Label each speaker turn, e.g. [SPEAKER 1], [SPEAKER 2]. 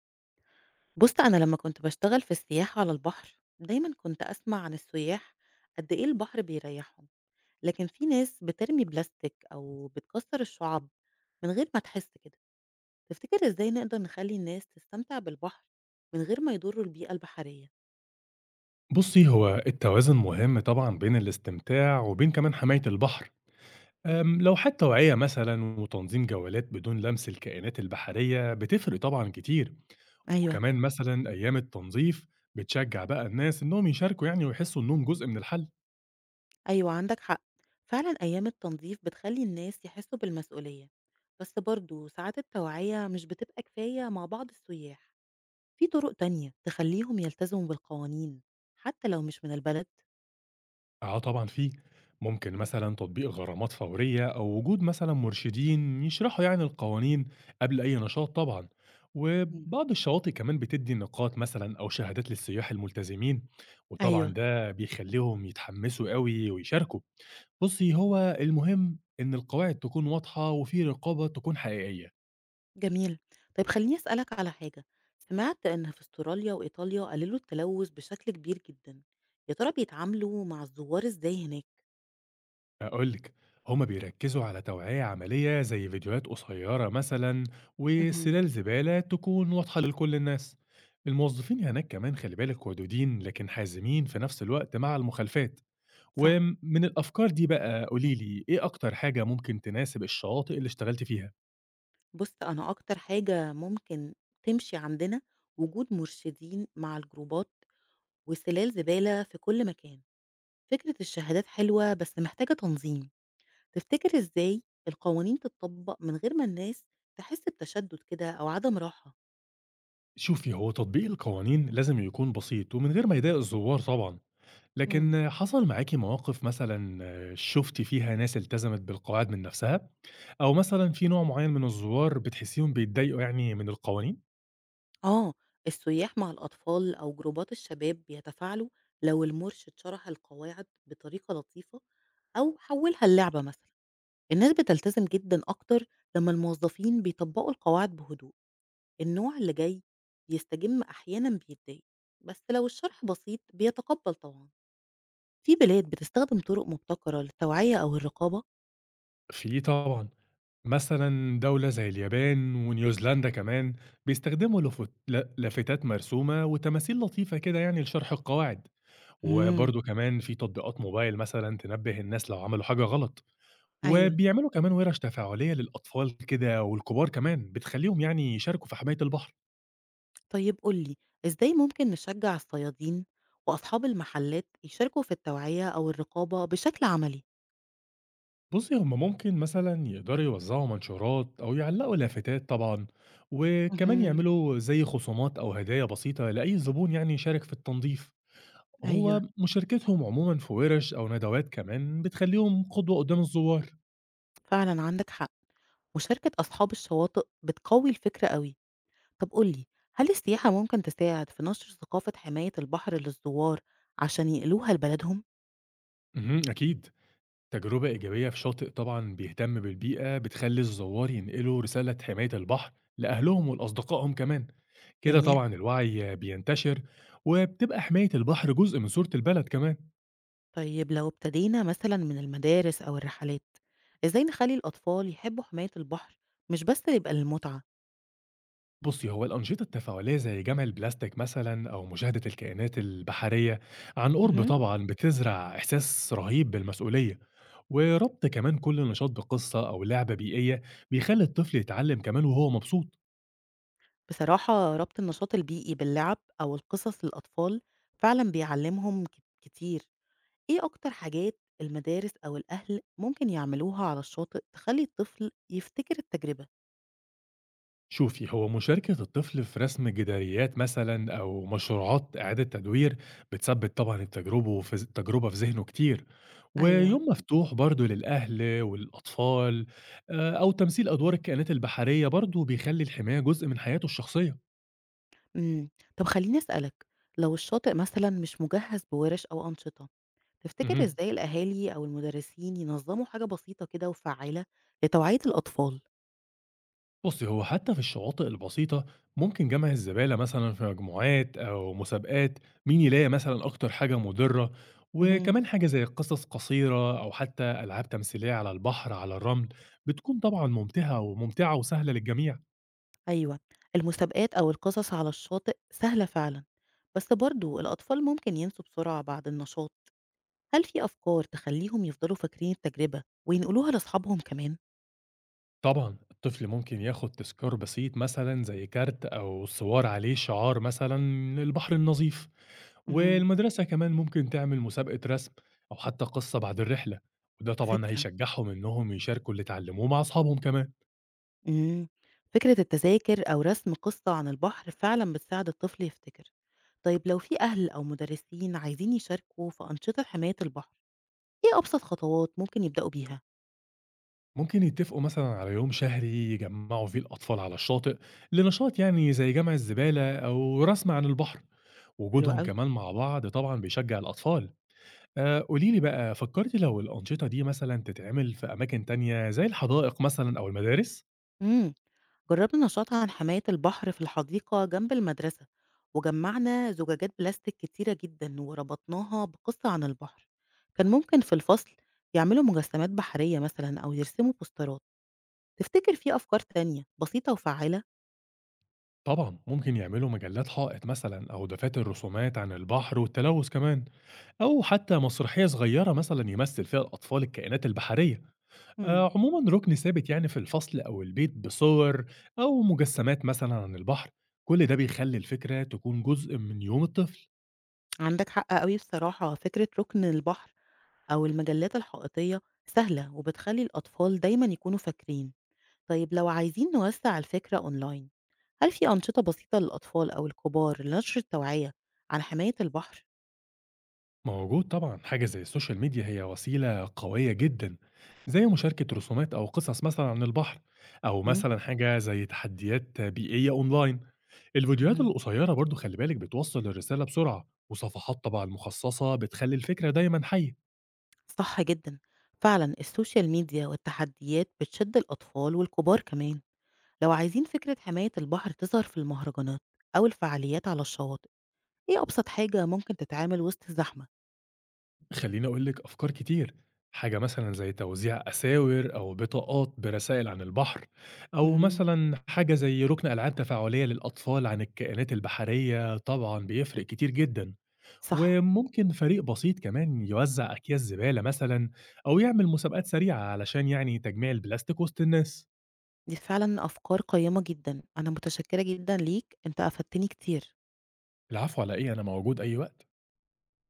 [SPEAKER 1] بُص، أنا لمّا كنت باشتغل في السياحة على البحر، دايمًا كنت أسمع عن السُيّاح قد إيه البحر بيريّحهم، لكن في ناس بترمي بلاستيك أو بتكسّر الشُعَب من غير ما تحس كده، تفتكر إزاي نقدر نخلّي الناس تستمتع بالبحر من غير ما يضرّوا البيئة البحرية؟
[SPEAKER 2] بُصّي، هو التوازن مهم طبعًا بين الاستمتاع وبين كمان حماية البحر.
[SPEAKER 1] إمم.
[SPEAKER 2] لوحات توعية مثلًا وتنظيم جولات بدون لمس الكائنات البحرية بتفرق طبعًا كتير،
[SPEAKER 1] أيوه،
[SPEAKER 2] وكمان مثلًا أيام التنظيف بتشجّع بقى الناس إنّهم يشاركوا يعني ويحسّوا إنّهم جزء من الحل.
[SPEAKER 1] أيوه عندك حق، فعلًا أيام التنضيف بتخلّي الناس يحسّوا بالمسؤولية، بس برضه ساعات التوعية مش بتبقى كفاية مع بعض السُيّاح. في طرق تانية تخلّيهم يلتزموا بالقوانين حتى لو مش من البلد؟
[SPEAKER 2] آه طبعًا في، ممكن
[SPEAKER 1] إمم،
[SPEAKER 2] مثلًا تطبيق غرامات فورية أو وجود مثلًا مرشدين يشرحوا يعني القوانين قبل أي نشاط طبعًا،
[SPEAKER 1] إمم.
[SPEAKER 2] وبعض الشواطئ كمان بتدّي نقاط مثلًا أو شهادات للسياح الملتزمين،
[SPEAKER 1] أيوه،
[SPEAKER 2] وطبعًا ده بيخلّيهم يتحمسوا أوي ويشاركوا. بُصّي، هو المهم إن القواعد تكون واضحة وفي رقابة تكون حقيقية.
[SPEAKER 1] جميل. طيب خلّيني أسألك على حاجة، سمعت إن في أستراليا وإيطاليا قللوا التلوث بشكل كبير جدًا، يا ترى بيتعاملوا مع الزوار إزاي هناك؟
[SPEAKER 2] هاقول لِك، هُم بيركّزوا على توعية عملية زي فيديوهات قصيّرة مثلًا
[SPEAKER 1] اهم،
[SPEAKER 2] وسلال زبالة تكون واضحة لكل الناس. الموظفين هناك كمان خلّي بالِك ودودين لكن حازمين في نفس الوقت مع المخالفات.
[SPEAKER 1] صح.
[SPEAKER 2] ومن الأفكار دي بقى قولي لي، إيه أكتر حاجة ممكن تناسب الشواطئ اللي اشتغلتِ فيها؟
[SPEAKER 1] بُص، أنا أكتر حاجة ممكن تمشي عندنا وجود مرشدين مع الجروبات وسلال زبالة في كل مكان. فكرة الشهادات حلوة بس محتاجة تنظيم. تفتكر إزاي القوانين تتطبّق من غير ما الناس تحس بتشدُّد كده أو عدم راحة؟
[SPEAKER 2] شوفي، هو تطبيق القوانين لازم يكون بسيط ومن غير ما يضايق الزوّار طبعًا.
[SPEAKER 1] إمم.
[SPEAKER 2] لكن حصل معاكِ مواقف مثلًا شُفتِ فيها ناس التزمت بالقواعد من نفسها، أو مثلًا في نوع معين من الزوّار بتحسيهم بيتضايقوا يعني من القوانين؟
[SPEAKER 1] آه، السُياح مع الأطفال أو جروبات الشباب بيتفاعلوا لو المُرشِد شرح القواعد بطريقة لطيفة أو حوّلها للعبة مثلًا. الناس بتلتزم جدًا أكتر لمّا الموظفين بيطبّقوا القواعد بهدوء، النوع اللي جاي يستجِم أحيانًا بيتضايق، بس لو الشرح بسيط بيتقبّل طبعًا. في بلاد بتستخدم طُرق مبتكرة للتوعية أو الرقابة؟
[SPEAKER 2] في طبعًا، مثلًا دولة زي اليابان ونيوزيلندا كمان بيستخدموا لافتات مرسومة وتماثيل لطيفة كده يعني لشرح القواعد،
[SPEAKER 1] إمم،
[SPEAKER 2] وبرضه كمان في تطبيقات موبايل مثلًا تنبه الناس لو عملوا حاجة غلط،
[SPEAKER 1] أيوه.
[SPEAKER 2] وبيعملوا كمان وِرش تفاعلية للأطفال كده والكبار كمان، بتخلّيهم يعني يشاركوا في حماية البحر.
[SPEAKER 1] طيب قُل لي، إزاي ممكن نشجّع الصيادين وأصحاب المحلات يشاركوا في التوعية أو الرقابة بشكل عملي؟
[SPEAKER 2] بُصّي، هم ممكن مثلًا يقدروا يوزّعوا منشورات أو يعلّقوا لافتات طبعًا، وكمان
[SPEAKER 1] اهم،
[SPEAKER 2] يعملوا زي خصومات أو هدايا بسيطة لأي زبون يعني يشارك في التنضيف. هو
[SPEAKER 1] أيوه.
[SPEAKER 2] مشاركتهم عمومًا في وِرِش أو ندوات كمان بتخلّيهم قدوة قدّام الزوّار.
[SPEAKER 1] فعلًا عندك حق، مشاركة أصحاب الشواطئ بتقوي الفكرة أوي. طب قُل لي، هل السياحة ممكن تساعد في نشر ثقافة حماية البحر للزوار عشان ينقلوها لبلدهم؟
[SPEAKER 2] اهم، أكيد. تجربة إيجابية في شاطئ طبعًا بيهتم بالبيئة بتخلّي الزوّار ينقلوا رسالة حماية البحر لأهلهم ولأصدقائهم كمان. كده
[SPEAKER 1] جميل.
[SPEAKER 2] طبعًا الوعي بينتشر، وبتبقى حماية البحر جزء من صورة البلد كمان.
[SPEAKER 1] طيب لو ابتدينا مثلًا من المدارس أو الرحلات، إزاي نخلّي الأطفال يحبوا حماية البحر مش بس اللي يبقى للمتعة؟
[SPEAKER 2] بُصّي، هو الأنشطة التفاعلية زي جمع البلاستيك مثلًا أو مشاهدة الكائنات البحرية عن قُرب
[SPEAKER 1] اهم.
[SPEAKER 2] طبعًا بتزرع إحساس رهيب بالمسؤولية، وربط كمان كل نشاط بقصة أو لعبة بيئية بيخلّي الطفل يتعلم كمان وهو مبسوط.
[SPEAKER 1] بصراحة ربط النشاط البيئي باللعب أو القصص للأطفال فعلا بيعلمهم كتير. إيه أكتر حاجات المدارس أو الأهل ممكن يعملوها على الشاطئ تخلي الطفل يفتكر التجربة؟
[SPEAKER 2] شوفي، هو مشاركة الطفل في رسم جداريات مثلا أو مشروعات إعادة تدوير بتثبت طبعا التجربة في ذهنه كتير،
[SPEAKER 1] ايوه.
[SPEAKER 2] ويوم مفتوح برضه للأهل والأطفال. آه، أو تمثيل أدوار الكائنات البحرية برضه بيخلي الحماية جزء من حياته الشخصية.
[SPEAKER 1] مم. طب خليني أسألك لو الشاطئ مثلا مش مجهز بورش أو أنشطة، تفتكر
[SPEAKER 2] مهم.
[SPEAKER 1] إزاي الأهالي أو المدرسين ينظموا حاجة بسيطة كده وفعالة لتوعية الأطفال؟
[SPEAKER 2] بُصّي، هو حتى في الشواطئ البسيطة ممكن جمع الزبالة مثلًا في مجموعات أو مسابقات، مين يلاقي مثلًا أكتر حاجة مُضرة، وكمان حاجة زي قصص قصيرة أو حتى ألعاب تمثيلية على البحر، على الرمل، بتكون طبعًا ممتعة وسهلة للجميع.
[SPEAKER 1] أيوه، المسابقات أو القصص على الشاطئ سهلة فعلًا، بس برضه الأطفال ممكن ينسوا بسرعة بعد النشاط، هل في أفكار تخلّيهم يفضلوا فاكرين التجربة وينقلوها لأصحابهم كمان؟
[SPEAKER 2] طبعًا، الطفل ممكن ياخد تذكار بسيط مثلًا زي كارت أو صور عليه شعار مثلًا البحر النظيف،
[SPEAKER 1] امم.
[SPEAKER 2] والمدرسة كمان ممكن تعمل مسابقة رسم أو حتى قصة بعد الرحلة، وده طبعًا
[SPEAKER 1] فكرة،
[SPEAKER 2] هيشجعهم إنهم يشاركوا اللي اتعلموه مع أصحابهم كمان.
[SPEAKER 1] امم، فكرة التذاكر أو رسم قصة عن البحر فعلًا بتساعد الطفل يفتكر. طيب لو في أهل أو مدرسين عايزين يشاركوا في أنشطة حماية البحر، إيه أبسط خطوات ممكن يبدأوا بيها؟
[SPEAKER 2] ممكن يتفقوا مثلًا على يوم شهري يجمعوا فيه الأطفال على الشاطئ لنشاط يعني زي جمع الزبالة أو رسم عن البحر،
[SPEAKER 1] حلو
[SPEAKER 2] وجودهم
[SPEAKER 1] أوي.
[SPEAKER 2] كمان مع بعض طبعًا بيشجع الأطفال. قولي لي بقى فكرتِ لو الأنشطة دي مثلًا تتعمل في أماكن تانية زي الحدائق مثلًا أو المدارس؟
[SPEAKER 1] إمم، جرّبنا نشاط عن حماية البحر في الحديقة جنب المدرسة، وجمّعنا زجاجات بلاستيك كتيرة جدًا وربطناها بقصة عن البحر، كان ممكن في الفصل يعملوا مجسمات بحرية مثلًا أو يرسموا بوسترات، تفتكر في أفكار تانية بسيطة وفعّالة؟
[SPEAKER 2] طبعًا، ممكن يعملوا مجلات حائط مثلًا أو دفاتر رسومات عن البحر والتلوث كمان، أو حتى مسرحية صغيرة مثلًا يمثل فيها الأطفال الكائنات البحرية.
[SPEAKER 1] إمم.
[SPEAKER 2] عمومًا ركن ثابت يعني في الفصل أو البيت بصور أو مجسمات مثلًا عن البحر، كل ده بيخلي الفكرة تكون جزء من يوم الطفل.
[SPEAKER 1] عندك حق أوي بصراحة، فكرة رُكن البحر أو المجلات الحائطية سهلة وبتخلّي الأطفال دايمًا يكونوا فاكرين، طيب لو عايزين نوسّع الفكرة online، هل في أنشطة بسيطة للأطفال أو الكبار لنشر التوعية عن حماية البحر؟
[SPEAKER 2] موجود طبعا حاجة زي السوشيال ميديا، هي وسيلة قوية جدا، زي مشاركة رسومات أو قصص مثلا عن البحر أو
[SPEAKER 1] إمم،
[SPEAKER 2] مثلا حاجة زي تحديات بيئية أونلاين. الفيديوهات
[SPEAKER 1] اهم.
[SPEAKER 2] القصيرة برضو خلي بالك بتوصل الرسالة بسرعة، وصفحات طبعا مخصصة بتخلي الفكرة دايما حية.
[SPEAKER 1] صح جدًا، فعلًا السوشيال ميديا والتحديات بتشد الأطفال والكبار كمان، لو عايزين فكرة حماية البحر تظهر في المهرجانات أو الفعاليات على الشواطئ، إيه أبسط حاجة ممكن تتعمل وسط الزحمة؟
[SPEAKER 2] خليني أقول لك أفكار كتير، حاجة مثلا زي توزيع أساور أو بطاقات برسائل عن البحر، أو
[SPEAKER 1] إمم.
[SPEAKER 2] مثلا حاجة زي ركن ألعاب تفاعلية للأطفال عن الكائنات البحرية طبعا بيفرق كتير جدا.
[SPEAKER 1] صح،
[SPEAKER 2] وممكن فريق بسيط كمان يوزع أكياس زبالة مثلا أو يعمل مسابقات سريعة علشان يعني تجميع البلاستيك وسط الناس.
[SPEAKER 1] دي فعلًا أفكار قيّمة جدًا، أنا متشكرة جدًا ليك، أنت أفدتني كتير.
[SPEAKER 2] العفو، على إيه؟ أنا موجود أي وقت.